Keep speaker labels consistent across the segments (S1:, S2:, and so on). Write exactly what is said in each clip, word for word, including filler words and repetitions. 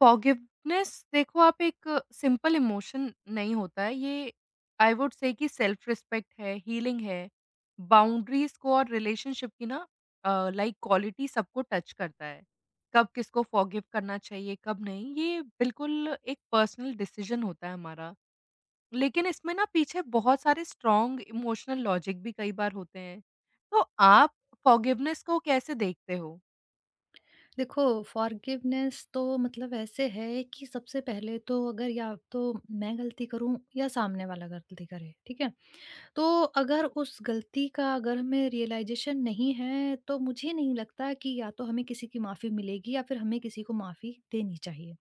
S1: Forgiveness देखो, आप एक सिंपल इमोशन नहीं होता है ये। आई वुड से कि सेल्फ रिस्पेक्ट है, हीलिंग है, बाउंड्रीज को और रिलेशनशिप की ना लाइक क्वालिटी सबको टच करता है। कब किसको फॉरगिव करना चाहिए, कब नहीं, ये बिल्कुल एक पर्सनल डिसीजन होता है हमारा। लेकिन इसमें ना पीछे बहुत सारे स्ट्रॉन्ग इमोशनल लॉजिक भी कई बार होते हैं। तो आप फॉरगिवनेस को कैसे देखते हो?
S2: देखो, फॉरगिवनेस तो मतलब ऐसे है कि सबसे पहले तो अगर या तो मैं गलती करूं या सामने वाला गलती करे, ठीक है। तो अगर उस गलती का अगर हमें रियलाइजेशन नहीं है तो मुझे नहीं लगता कि या तो हमें किसी की माफी मिलेगी या फिर हमें किसी को माफी देनी चाहिए।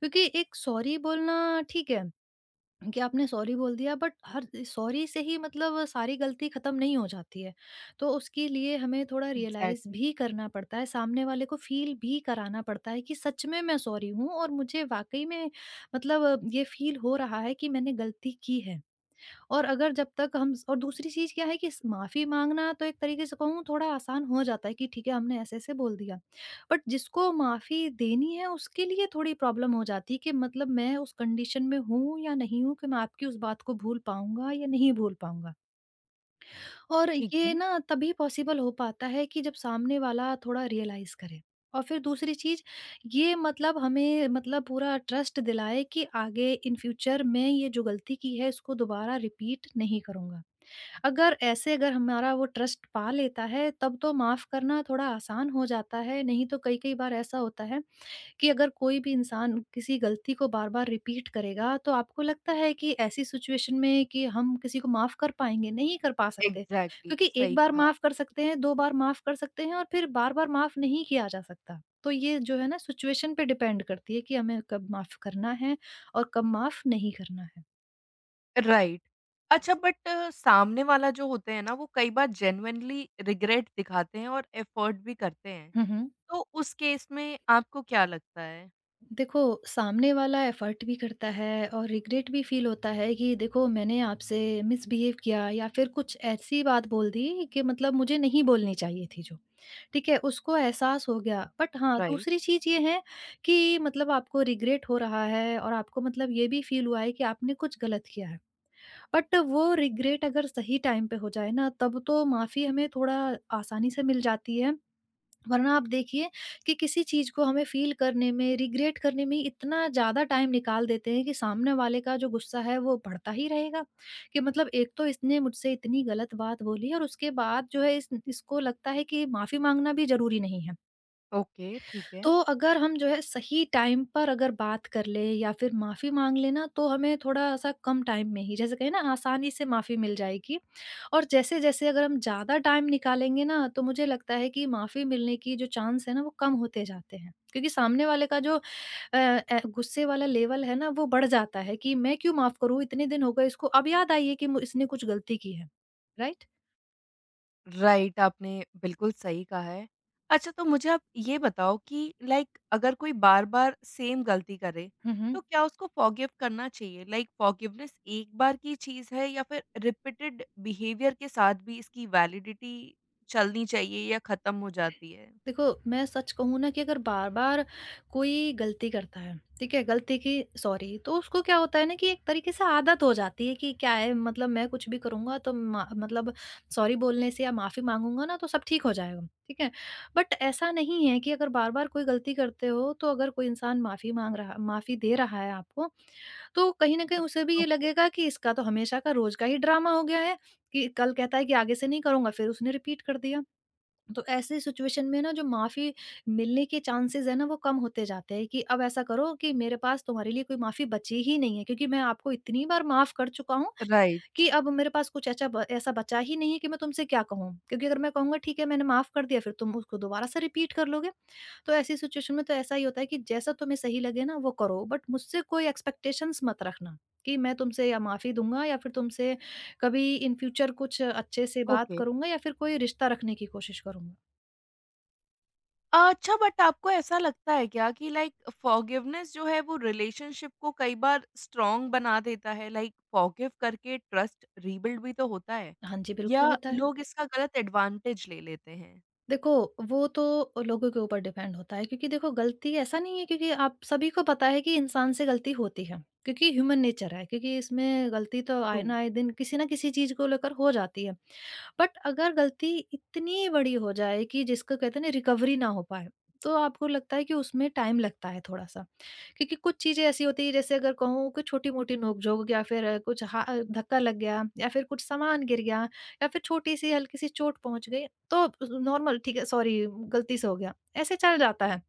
S2: क्योंकि एक सॉरी बोलना, ठीक है, कि आपने सॉरी बोल दिया बट हर सॉरी से ही मतलब सारी गलती खत्म नहीं हो जाती है। तो उसके लिए हमें थोड़ा रियलाइज
S1: एग्जैक्टली exactly.
S2: भी करना पड़ता है, सामने वाले को फील भी कराना पड़ता है कि सच में मैं सॉरी हूँ और मुझे वाकई में मतलब ये फील हो रहा है कि मैंने गलती की है। और अगर जब तक हम स और दूसरी चीज़ क्या है कि स माफ़ी माँगना तो एक तरीके से कहूँ थोड़ा आसान हो जाता है कि ठीक है, हमने ऐसे-ऐसे बोल दिया। बट जिसको माफ़ी देनी है उसके लिए थोड़ी प्रॉब्लम हो जाती है कि मतलब मैं उस कंडीशन में हूँ या नहीं हूँ कि मैं आपकी उस बात को भूल पाऊँगा या नहीं भूल पाऊँगा। और
S1: ठीक
S2: ये
S1: है।
S2: ना तभी पॉसिबल हो पाता है कि जब सामने वाला थोड़ा रियलाइज़ करे। और फिर दूसरी चीज़, ये मतलब हमें मतलब पूरा ट्रस्ट दिलाए कि आगे इन फ्यूचर मैं ये जो गलती की है इसको दोबारा रिपीट नहीं करूँगा। अगर ऐसे अगर हमारा वो ट्रस्ट पा लेता है तब तो माफ़ करना थोड़ा आसान हो जाता है, नहीं तो कई-कई बार ऐसा होता है कि अगर कोई भी इंसान किसी गलती को बार-बार रिपीट करेगा तो आपको लगता है कि ऐसी सिचुएशन में कि हम किसी को माफ़ कर पाएँगे? नहीं कर पा सकते,
S1: एग्जैक्टली
S2: क्योंकि
S1: exactly,
S2: एक
S1: सही
S2: बार
S1: कहा।
S2: माफ़ कर सकते हैं, दो बार माफ़ कर सकते हैं, और फिर बार-बार माफ़ नहीं किया जा सकता। तो ये जो है ना सिचुएशन पे डिपेंड करती है कि हमें कब माफ़ करना है और कब माफ़ नहीं करना है।
S1: राइट। अच्छा बट सामने वाला जो होते हैं ना, वो कई बार जेनुइनली रिग्रेट दिखाते हैं और एफर्ट भी करते हैं।
S2: हुँ, हुँ।
S1: तो उस केस में आपको क्या लगता है?
S2: देखो, सामने वाला एफ़र्ट भी करता है और रिग्रेट भी फ़ील होता है कि देखो मैंने आपसे मिसबिहेव किया या फिर कुछ ऐसी बात बोल दी कि मतलब मुझे नहीं बोलनी चाहिए थी जो। ठीक है? उसको एहसास हो गया। बट हाँ,
S1: राइट।
S2: दूसरी चीज़ ये है कि मतलब आपको रिग्रेट हो रहा है और आपको मतलब ये भी फ़ील हुआ है कि आपने कुछ गलत किया है। बट वो रिग्रेट अगर सही टाइम पे हो जाए ना, तब तो माफ़ी हमें थोड़ा आसानी से मिल जाती है, वरना आप देखिए कि किसी चीज़ को हमें फ़ील करने में, रिग्रेट करने में इतना ज़्यादा टाइम निकाल देते हैं कि सामने वाले का जो गुस्सा है वो बढ़ता ही रहेगा। कि मतलब एक तो इसने मुझसे इतनी गलत बात बोली और उसके बाद जो है इस इसको लगता है कि माफ़ी माँगना भी ज़रूरी नहीं है।
S1: ओके, ठीक है।
S2: तो अगर हम जो है सही टाइम पर अगर बात कर ले या फिर माफ़ी माँग ले ना तो हमें थोड़ा-सा कम टाइम में ही जैसे कहें ना आसानी से माफ़ी मिल जाएगी। और जैसे-जैसे अगर हम ज़्यादा टाइम निकालेंगे ना तो मुझे लगता है कि माफ़ी मिलने की जो चांस है ना वो कम होते जाते हैं। क्योंकि सामने वाले का जो अ अ, गुस्से वाला लेवल है ना वो बढ़ जाता है कि मैं क्यों माफ़ करूँ? इतने दिन हो गए इसको अब याद आई है कि मु इसने कुछ गलती की है। राइट?
S1: राइट, आपने बिल्कुल सही कहा है। अच्छा तो मुझे आप ये बताओ कि लाइक अगर कोई बार-बार सेम गलती करे,
S2: हुँ, हुँ।
S1: तो क्या उसको फॉरगिव करना चाहिए? लाइक फॉरगिवनेस एक बार की चीज़ है या फिर रिपीटेड बिहेवियर के साथ भी इसकी वैलिडिटी चलनी चाहिए या खत्म हो जाती है?
S2: देखो, मैं सच कहूँ ना कि अगर बार बार कोई गलती करता है, ठीक है, गलती की सॉरी, तो उसको क्या होता है ना कि एक तरीके से आदत हो जाती है कि क्या है मतलब मैं कुछ भी करूंगा तो मा- मतलब सॉरी बोलने से या माफी मांगूंगा ना तो सब ठीक हो जाएगा, ठीक है। बट ऐसा नहीं है कि अगर बार बार कोई गलती करते हो तो अगर कोई इंसान माफी मांग रहा माफी दे रहा है आपको तो कहीं ना कहीं उसे भी ये
S1: ओके,
S2: लगेगा कि इसका तो हमेशा का रोज का ही ड्रामा हो गया है कि कल कहता है कि आगे से नहीं करूंगा फिर उसने रिपीट कर दिया। तो ऐसे सिचुएशन में ना जो माफ़ी मिलने के चांसेस है ना वो कम होते जाते हैं कि अब ऐसा करो कि मेरे पास तुम्हारे लिए कोई माफ़ी बची ही नहीं है क्योंकि मैं आपको इतनी बार माफ़ कर चुका हूँ
S1: राइट,
S2: कि अब मेरे पास कुछ ऐसा ब- ऐसा बचा ही नहीं है कि मैं तुमसे क्या कहूँ क्योंकि अगर मैं कहूँगा ठीक है मैंने माफ़ कर दिया फिर तुम उसको दोबारा से रिपीट कर लोगे। तो ऐसी सिचुएशन में तो ऐसा ही होता है कि जैसा तुम्हें सही लगे ना वो करो, बट मुझसे कोई एक्सपेक्टेशंस मत रखना कि मैं तुमसे या माफ़ी दूंगा या फिर तुमसे कभी इन फ्यूचर कुछ अच्छे से बात
S1: ओके।
S2: करूंगा या फिर कोई रिश्ता रखने की कोशिश करूंगा।
S1: अच्छा बट आपको ऐसा लगता है क्या कि लाइक फॉरगिवनेस जो है वो रिलेशनशिप को कई बार स्ट्रॉन्ग बना देता है? लाइक फॉरगिव करके ट्रस्ट रीबिल्ड भी तो होता है?
S2: हाँ जी,
S1: या
S2: बिल्कुल होता है।
S1: लोग इसका गलत एडवांटेज ले लेते हैं?
S2: देखो, वो तो लोगों के ऊपर डिपेंड होता है क्योंकि देखो गलती ऐसा नहीं है क्योंकि आप सभी को पता है कि इंसान से गलती होती है, क्योंकि ह्यूमन नेचर है, क्योंकि इसमें गलती तो
S1: ट्रू।
S2: आए ना आए दिन किसी ना किसी चीज़ को लेकर हो जाती है। बट अगर गलती इतनी बड़ी हो जाए कि जिसको कहते हैं ना रिकवरी ना हो पाए, तो आपको लगता है कि उसमें टाइम लगता है थोड़ा-सा। क्योंकि कुछ चीज़ें ऐसी होती है जैसे अगर कहूँ कि छोटी-मोटी नोक-झोंक या फिर अ, कुछ हा अ, धक्का लग गया या फिर कुछ सामान गिर गया या फिर छोटी-सी हल्की-सी चोट पहुँच गई, तो नॉर्मल ठीक है सॉरी, गलती से हो गया, ऐसे चल जाता है।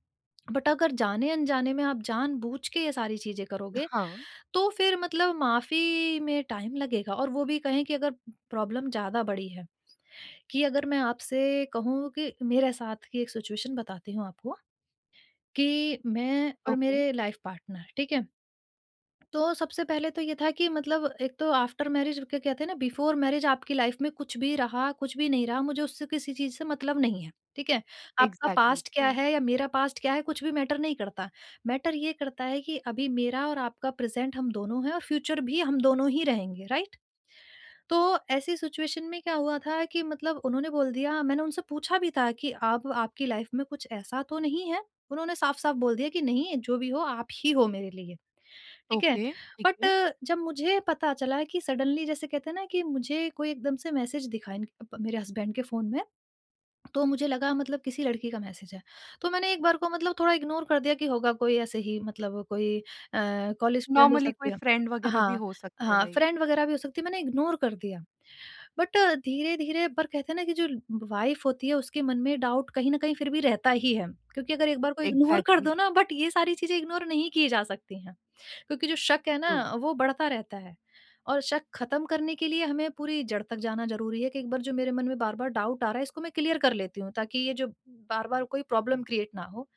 S2: बट अगर जाने-अनजाने में आप जानबूझ के ये सारी चीज़ें करोगे,
S1: हाँ,
S2: तो फिर मतलब माफ़ी में टाइम लगेगा, और वो भी कहें कि अगर प्रॉब्लम ज़्यादा बड़ी है, कि अगर मैं आपसे कहूँ कि मेरे साथ की एक सिचुएशन बताती हूँ आपको, कि मैं और
S1: ओके,
S2: मेरे लाइफ़ पार्टनर, ठीक है? तो सबसे पहले तो ये था कि मतलब एक तो आफ्टर मैरिज क्या कहते हैं ना बिफोर मैरिज आपकी लाइफ में कुछ भी रहा, कुछ भी नहीं रहा, मुझे उससे किसी चीज़ से मतलब नहीं है, ठीक है? आपका
S1: एग्ज़ैक्टली
S2: पास्ट क्या
S1: ट्रू।
S2: है या मेरा पास्ट क्या है कुछ भी मैटर नहीं करता। मैटर ये करता है कि अभी मेरा और आपका प्रेज़ेंट हम दोनों हैं और फ्यूचर भी हम दोनों ही रहेंगे, राइट? तो ऐसी सिचुएशन में क्या हुआ था कि मतलब उन्होंने बोल दिया, मैंने उनसे पूछा भी था कि अब आपकी लाइफ में कुछ ऐसा तो नहीं है? उन्होंने साफ-साफ बोल दिया कि नहीं, जो भी हो आप ही हो मेरे लिए। ठीक है?
S1: ओके, ठीक
S2: बट
S1: है।
S2: जब मुझे पता चला कि सडनली जैसे कहते हैं ना कि मुझे कोई एकदम से मैसेज दिखा इन प मेरे हस्बैंड के फ़ोन में, तो मुझे लगा मतलब किसी लड़की का मैसेज है। तो मैंने एक बार को मतलब थोड़ा इग्नोर कर दिया कि होगा कोई ऐसे ही मतलब कोई अ, कॉलेज फ्रेंड हो
S1: नॉर्मली कोई
S2: सकती है।
S1: फ्रेंड वगैरह भी
S2: हाँ,
S1: हो सकते हैं
S2: हाँ,
S1: लाइक।
S2: फ्रेंड वगैरह भी हो सकती है, मैंने इग्नोर कर दिया। बट अ, धीरे-धीरे पर कहते हैं ना कि जो वाइफ होती है उसके मन में डाउट कहीं न कहीं फिर भी रहता ही है। क्योंकि अगर एक बार को इग्नोर कर
S1: एग्ज़ैक्टली
S2: दो ना बट ये सारी चीज़ें इग्नोर नहीं की जा सकती हैं। क्योंकि जो शक है ना
S1: ट्रू।
S2: वो बढ़ता रहता है। और शक खत्म करने के लिए हमें पूरी जड़ तक जाना ज़रूरी है कि एक बार जो मेरे मन में बार-बार डाउट आ रहा है इसको मैं क्लियर कर लेती हूँ ताकि ये जो बार-बार कोई प्रॉब्लम क्रिएट ना हो।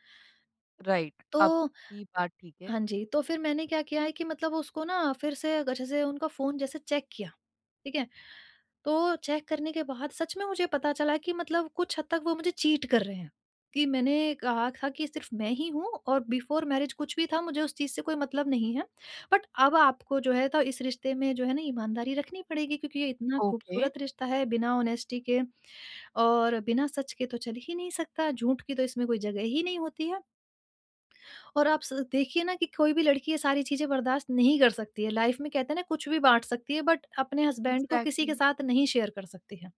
S1: राइट,
S2: तो
S1: आपकी बात ठीक है।
S2: हाँ जी, तो फिर मैंने क्या किया है कि मतलब उसको ना फिर से जैसे उनका फ़ोन जैसे चेक किया, ठीक है? तो चेक करने के बाद सच में मुझे पता चला कि मतलब कुछ हद तक वो मुझे चीट कर रहे हैं, कि मैंने कहा था कि सिर्फ़ मैं ही हूँ और बिफ़ोर मैरिज कुछ भी था मुझे उस चीज़ से कोई मतलब नहीं है। बट अब आपको जो है तो इस रिश्ते में जो है ना ईमानदारी रखनी पड़ेगी क्योंकि ये इतना
S1: ओके।
S2: खूबसूरत रिश्ता है, बिना ऑनेस्टी के और बिना सच के तो चल ही नहीं सकता, झूठ की तो इसमें कोई जगह ही नहीं होती है। और आप स देखिए ना कि कोई भी लड़की ये सारी चीज़ें बर्दाश्त नहीं कर सकती है। लाइफ़ में कहते हैं ना कुछ भी बाँट सकती है बट अपने हस्बैंड को किसी
S1: एग्ज़ैक्टली,
S2: के साथ नहीं शेयर कर सकती है।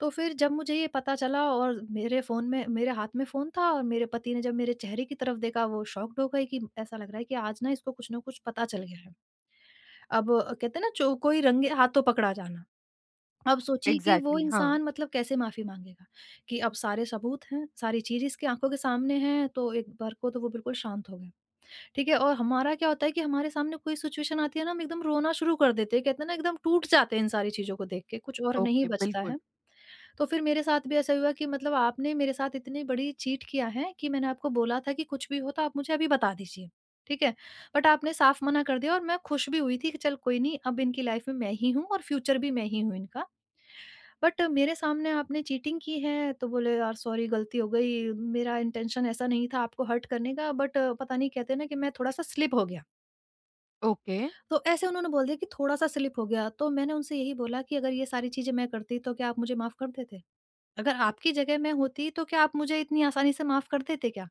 S2: तो फिर जब मुझे ये पता चला और मेरे फ़ोन में मेरे हाथ में फ़ोन था और मेरे पति ने जब मेरे चेहरे की तरफ देखा वो शॉक्ड हो गए कि ऐसा लग रहा है कि आज ना इसको कुछ ना कुछ पता चल गया है। अब कहते हैं ना जो कोई रंगे हाथों पकड़ा जाना। अब सोचिए कि वो
S1: एग्ज़ैक्टली, हाँ।
S2: इंसान मतलब कैसे माफ़ी माँगेगा कि अब सारे सबूत हैं, सारी चीज़ इसकी आँखों के सामने है, तो एक बार को तो वो बिल्कुल शांत हो गए। ठीक है? और हमारा क्या होता है कि हमारे सामने कोई सिचुएशन आती है ना, हम एकदम रोना शुरू कर देते हैं। कहते हैं ना एकदम टूट जाते हैं इन सारी चीज़ों को देख के, कुछ और नहीं
S1: ओके,
S2: बचता
S1: बिल्कुल।
S2: है। तो फिर मेरे साथ भी ऐसा हुआ कि मतलब आपने मेरे साथ इतनी बड़ी चीट किया है कि मैंने आपको बोला था कि कुछ भी हो तो आप मुझे अभी बता दीजिए, ठीक है? बट आपने साफ मना कर दिया और मैं खुश भी हुई थी कि चल कोई नहीं, अब इनकी लाइफ़ में मैं ही हूँ और फ्यूचर भी मैं ही हूँ इनका। बट मेरे सामने आपने चीटिंग की है तो बोले यार सॉरी गलती हो गई, मेरा इंटेंशन ऐसा नहीं था आपको हर्ट करने का, बट पता नहीं कहते हैं ना कि मैं थोड़ा-सा स्लिप हो गया।
S1: ओके,
S2: तो ऐसे उन्होंने बोल दिया कि थोड़ा-सा स्लिप हो गया, तो मैंने उनसे यही बोला कि अगर ये सारी चीज़ें मैं करती तो क्या आप मुझे माफ़ कर देते? अगर आपकी जगह मैं होती तो क्या आप मुझे इतनी आसानी से माफ़ कर देते क्या?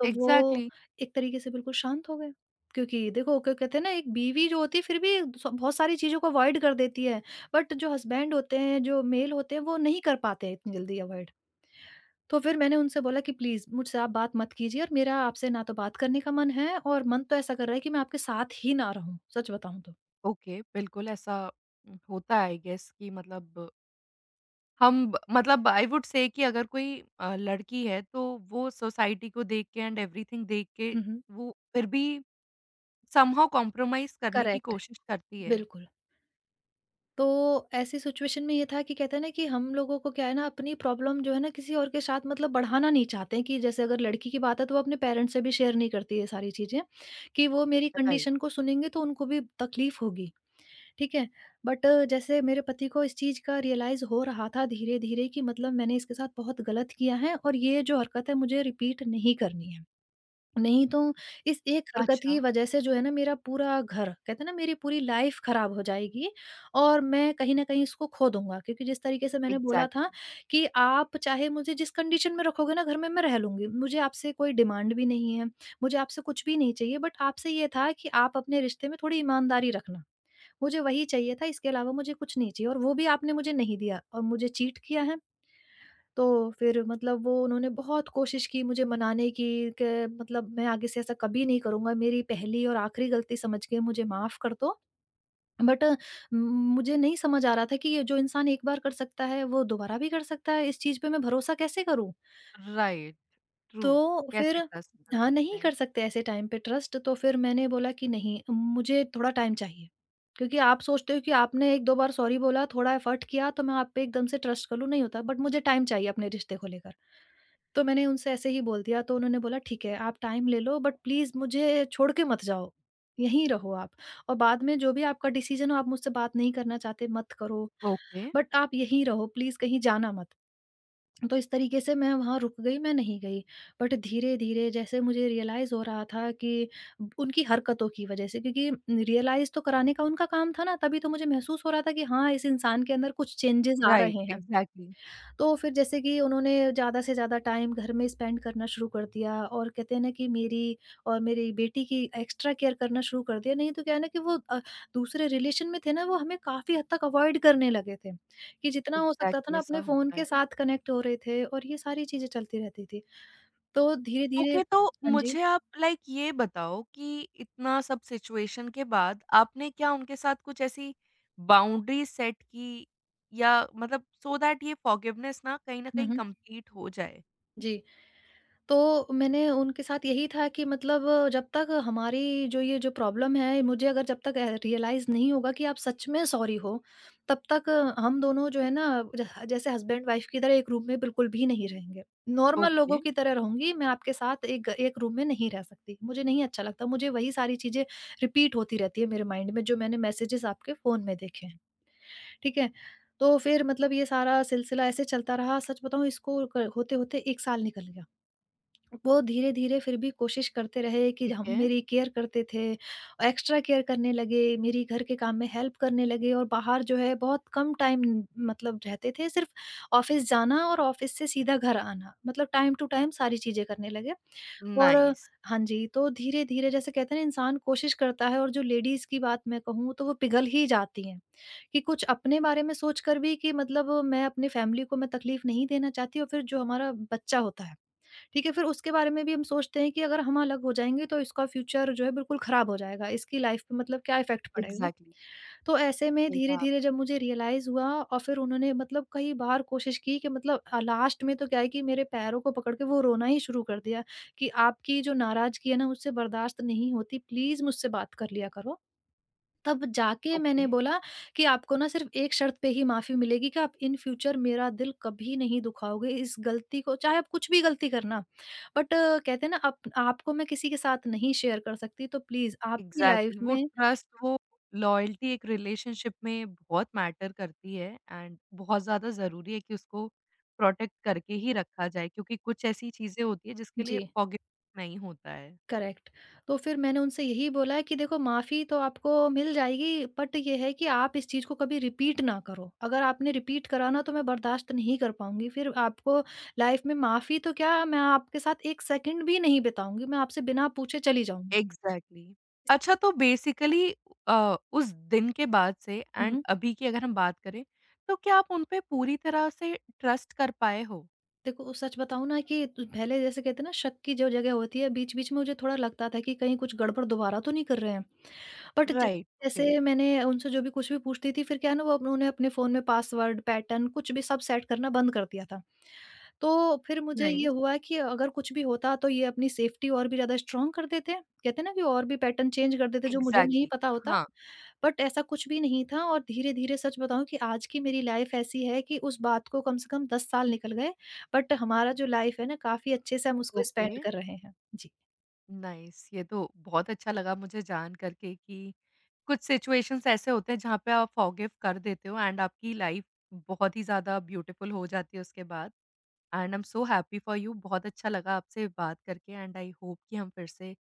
S2: तो वो
S1: एग्ज़ैक्टली।
S2: एक तरीके से बिल्कुल शांत हो गए, क्योंकि देखो क्या कहते हैं ना एक बीवी जो होती है फिर भी स बहुत सारी चीज़ों को अवॉइड कर देती है, बट जो हस्बैंड होते हैं, जो मेल होते हैं वो नहीं कर पाते हैं इतनी जल्दी अवॉइड। तो फिर मैंने उनसे बोला कि प्लीज़ मुझसे आप बात मत कीजिए और मेरा आपसे ना तो बात करने का मन है, और मन तो ऐसा कर रहा है कि मैं आपके साथ ही ना रहूँ, सच बताऊँ तो।
S1: ओके, बिल्कुल ऐसा उम, होता है आई गेस कि मतलब हम ब मतलब आई वुड से कि अगर कोई अ, लड़की है तो वो सोसाइटी को देख के एंड एवरीथिंग देख के
S2: हुँ, हुँ।
S1: वो फिर भी समहाउ कॉम्प्रोमाइज़ करने की
S2: करेक्ट,
S1: कोशिश करती है।
S2: बिल्कुल। तो ऐसी सिचुएशन में ये था कि कहते हैं ना कि हम लोगों को क्या है ना अपनी प्रॉब्लम जो है ना किसी और के साथ मतलब बढ़ाना नहीं चाहते हैं, कि जैसे अगर लड़की की बात है तो वो अपने पेरेंट्स से भी शेयर नहीं करती है सारी चीज़ें, कि वो मेरी
S1: राइट,
S2: कंडीशन को सुनेंगे तो उनको भी तकलीफ़ होगी, ठीक है? बट जैसे मेरे पति को इस चीज़ का रियलाइज़ हो रहा था धीरे-धीरे कि मतलब मैंने इसके साथ बहुत गलत किया है और ये जो हरकत है मुझे रिपीट नहीं करनी है। नहीं तो इस एक हरकत
S1: अच्छा,
S2: की वजह से जो है ना मेरा पूरा घर कहते हैं ना मेरी पूरी लाइफ खराब हो जाएगी और मैं कहीं ना कहीं इसको खो दूंगा, क्योंकि जिस तरीके से मैंने बोला था
S1: एग्ज़ैक्टली।
S2: कि आप चाहे मुझे जिस कंडीशन में रखोगे ना घर में मैं रह लूंगी, मुझे आपसे कोई डिमांड भी नहीं है, मुझे आपसे कुछ भी नहीं चाहिए, बट आपसे ये था कि आप अपने रिश्ते में थोड़ी ईमानदारी रखना, मुझे वही चाहिए था, इसके अलावा मुझे कुछ नहीं चाहिए, और वो भी आपने मुझे नहीं दिया और मुझे चीट किया है। तो फिर मतलब वो उन्होंने बहुत कोशिश की मुझे मनाने की, कि मतलब मैं आगे से ऐसा कभी नहीं करूँगा, मेरी पहली और आखिरी गलती समझ के मुझे माफ़ कर दो। बट मुझे नहीं समझ आ रहा था कि ये जो इंसान एक बार कर सकता है, वो दोबारा भी कर सकता है, इस चीज़ पे मैं भरोसा कैसे करूँ?
S1: राइट, ट्रू,
S2: तो फिर
S1: कैसे ट्रस्ट कर
S2: हाँ,
S1: सकते
S2: नहीं
S1: हैं?
S2: कर सकते ऐसे टाइम पे ट्रस्ट, तो फिर मैंने बोला कि नहीं, मुझे थोड़ा टाइम चाहिए। क्योंकि आप सोचते हो कि आपने एक-दो बार सॉरी बोला, थोड़ा एफर्ट किया तो मैं आप पे एकदम से ट्रस्ट कर लूँ, नहीं होता, बट मुझे टाइम चाहिए अपने रिश्ते को लेकर। तो मैंने उनसे ऐसे ही बोल दिया, तो उन्होंने बोला ठीक है आप टाइम ले लो बट प्लीज़ मुझे छोड़ के मत जाओ, यहीं रहो आप, और बाद में जो भी आपका डिसीज़न हो, आप मुझसे बात नहीं करना चाहते मत करो,
S1: ओके,
S2: बट आप यहीं रहो, प्लीज़ कहीं जाना मत। तो इस तरीके से मैं वहाँ रुक गई, मैं नहीं गई। बट धीरे-धीरे जैसे मुझे रियलाइज़ हो रहा था कि उनकी हरकतों की वज़ह से, क्योंकि रियलाइज़ तो कराने का उनका काम था ना, तभी तो मुझे महसूस हो रहा था कि हाँ, इस इंसान के अंदर कुछ चेंजेज़ आ
S1: राइट,
S2: रहे हैं।
S1: एग्ज़ैक्टली,
S2: तो फिर जैसे कि उन्होंने ज़्यादा से ज़्यादा टाइम घर में स्पेंड करना शुरू कर दिया और कहते हैं ना कि मेरी और मेरी बेटी की एक्स्ट्रा केयर करना शुरू कर दिया। नहीं तो क्या है ना कि वो अ, दूसरे रिलेशन में थे ना, वो हमें काफ़ी हद तक अवॉइड करने लगे थे, कि जितना हो सकता था
S1: एग्ज़ैक्टली
S2: ना
S1: ऐसा
S2: अपने फ़ोन
S1: होता
S2: के
S1: है।
S2: साथ कनेक्ट हो रहे थे और ये सारी चीज़ें चलती रहती थी। तो धीरे-धीरे,
S1: ओके तो
S2: हाँ जी।
S1: मुझे आप लाइक ये बताओ कि इतना सब सिचुएशन के बाद आपने क्या उनके साथ कुछ ऐसी बाउंड्री सेट की या मतलब सो दैट ये फॉरगिवनेस ना कहीं न
S2: हुँ,
S1: कहीं
S2: हुँ।
S1: कंप्लीट हो जाए?
S2: जी। तो मैंने उनके साथ यही था कि मतलब जब तक हमारी जो ये जो प्रॉब्लम है, मुझे अगर जब तक अ, रियलाइज़ नहीं होगा कि आप सच में सॉरी हो, तब तक हम दोनों जो है ना जह जैसे हस्बैंड वाइफ़ की तरह एक रूम में बिल्कुल भी नहीं रहेंगे। नॉर्मल लोगों
S1: ओके,
S2: की तरह रहूँगी, मैं आपके साथ एक एक रूम में नहीं रह सकती। मुझे नहीं अच्छा लगता, मुझे वही सारी चीज़ें रिपीट होती रहती है मेरे माइंड में, जो मैंने मैसेजेज़ आपके फ़ोन में देखे हैं, ठीक है? तो फिर मतलब ये सारा सिलसिला ऐसे चलता रहा, सच बताऊँ इसको क होते-होते एक साल निकल गया। वो धीरे-धीरे फिर भी कोशिश करते रहे कि
S1: ठीक
S2: हम
S1: है।
S2: मेरी केयर करते थे। एक्स्ट्रा केयर करने लगे, मेरी घर के काम में हेल्प करने लगे, और बाहर जो है बहुत कम टाइम मतलब रहते थे, सिर्फ़ ऑफ़िस जाना और ऑफ़िस से सीधा घर आना। मतलब टाइम टू टाइम सारी चीज़ें करने लगे। और
S1: नाइस।
S2: हाँ जी, तो धीरे-धीरे जैसे कहते हैं ना इंसान कोशिश करता है और जो लेडीज़ की बात मैं कहूँ तो वो पिघल ही जाती हैं, कि कुछ अपने बारे में सोचकर भी कि मतलब मैं अपनी फ़ैमिली को मैं तकलीफ़ नहीं देना चाहती, और फिर जो हमारा बच्चा होता है, ठीक है? फिर उसके बारे में भी हम सोचते हैं कि अगर हम अलग हो जाएँगे तो इसका फ्यूचर जो है बिल्कुल ख़राब हो जाएगा, इसकी लाइफ़ पे मतलब क्या इफ़ेक्ट पड़ेगा?
S1: एग्ज़ैक्टली,
S2: तो ऐसे में
S1: सही कहा
S2: धीरे-धीरे
S1: आपने।
S2: जब मुझे रियलाइज़ हुआ और फिर उन्होंने मतलब कई बार कोशिश की कि मतलब अ, लास्ट में तो क्या है कि मेरे पैरों को पकड़ के वो रोना ही शुरू कर दिया कि आपकी जो नाराज़गी है ना मुझसे बर्दाश्त नहीं होती, प्लीज़ मुझसे बात कर लिया करो। तब जाके
S1: ओके।
S2: मैंने बोला कि आपको ना सिर्फ़ एक शर्त पे ही माफ़ी मिलेगी कि आप इन फ्यूचर मेरा दिल कभी नहीं दुखाओगे, इस गलती को चाहे आप कुछ भी गलती करना। बट कहते हैं ना अप आपको मैं किसी के साथ नहीं शेयर कर सकती, तो प्लीज़ आपकी लाइफ़
S1: एग्ज़ैक्टली वो
S2: में।
S1: ट्रस्ट, वो लॉयल्टी एक रिलेशनशिप में बहुत मैटर करती है एंड बहुत ज़्यादा ज़रूरी है कि उसको प्रोटेक्ट करके ही रखा जाए क्योंकि कुछ ऐसी चीज़ें होती हैं जिसके लिए
S2: जी।
S1: फॉरगिवनेस नहीं होता है।
S2: करेक्ट। तो फिर मैंने उनसे यही बोला है कि देखो माफ़ी तो आपको मिल जाएगी, बट ये है कि आप इस चीज़ को कभी रिपीट ना करो। अगर आपने रिपीट करा ना तो मैं बर्दाश्त नहीं कर पाऊँगी। फिर आपको लाइफ़ में माफ़ी तो क्या, मैं आपके साथ एक सेकंड भी नहीं बिताऊँगी, मैं आपसे बिना पूछे चली जाऊँगी।
S1: एग्ज़ैक्टली। अच्छा तो बेसिकली अ, उस दिन के बाद से
S2: हुँ,
S1: एंड
S2: हुँ।
S1: अभी की अगर हम बात करें, तो क्या आप उन पे पूरी तरह से ट्रस्ट कर पाए हो?
S2: देखो सच बताऊँ ना कि त पहले जैसे कहते हैं ना शक की जो जगह होती है बीच-बीच में मुझे थोड़ा लगता था कि कहीं कुछ गड़बड़ दोबारा तो नहीं कर रहे हैं। बट ज
S1: राइट, ओके,
S2: जैसे मैंने उनसे जो भी कुछ भी पूछती थी, फिर क्या है ना, वो अब उन्होंने अपने फ़ोन में पासवर्ड, पैटर्न कुछ भी सब सेट करना बंद कर दिया था। तो फिर मुझे ये
S1: नाइस,
S2: हुआ कि अगर कुछ भी होता तो ये अपनी सेफ्टी और भी ज़्यादा स्ट्रॉन्ग कर देते। कहते हैं ना कि और भी पैटर्न चेंज कर देते जो मुझे नहीं
S1: एग्ज़ैक्टली,
S2: पता होता।
S1: हाँ,
S2: बट ऐसा कुछ भी नहीं था, और धीरे-धीरे सच बताऊँ कि आज की मेरी लाइफ़ ऐसी है कि उस बात को कम से कम दस साल निकल गए, बट हमारा जो लाइफ़ है ना काफ़ी अच्छे से हम उसको
S1: ओके।
S2: स्पेंड कर रहे हैं। जी।
S1: नाइस, ये तो बहुत अच्छा लगा मुझे जान करके कि कुछ सिचुएशंस ऐसे होते हैं जहाँ पे आप फॉरगिव कर देते हो एंड आपकी लाइफ बहुत ही ज़्यादा ब्यूटीफुल हो जाती है उसके बाद। And I am so happy for you, बहुत अच्छा लगा आपसे बात करके एंड आई होप कि हम फिर से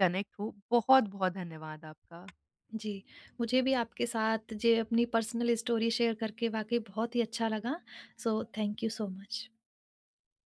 S1: कनेक्ट हो। बहुत बहुत धन्यवाद आपका।
S2: जी, मुझे भी आपके साथ जे अपनी पर्सनल स्टोरी शेयर करके वाक़ई बहुत ही अच्छा लगा। So thank you so much.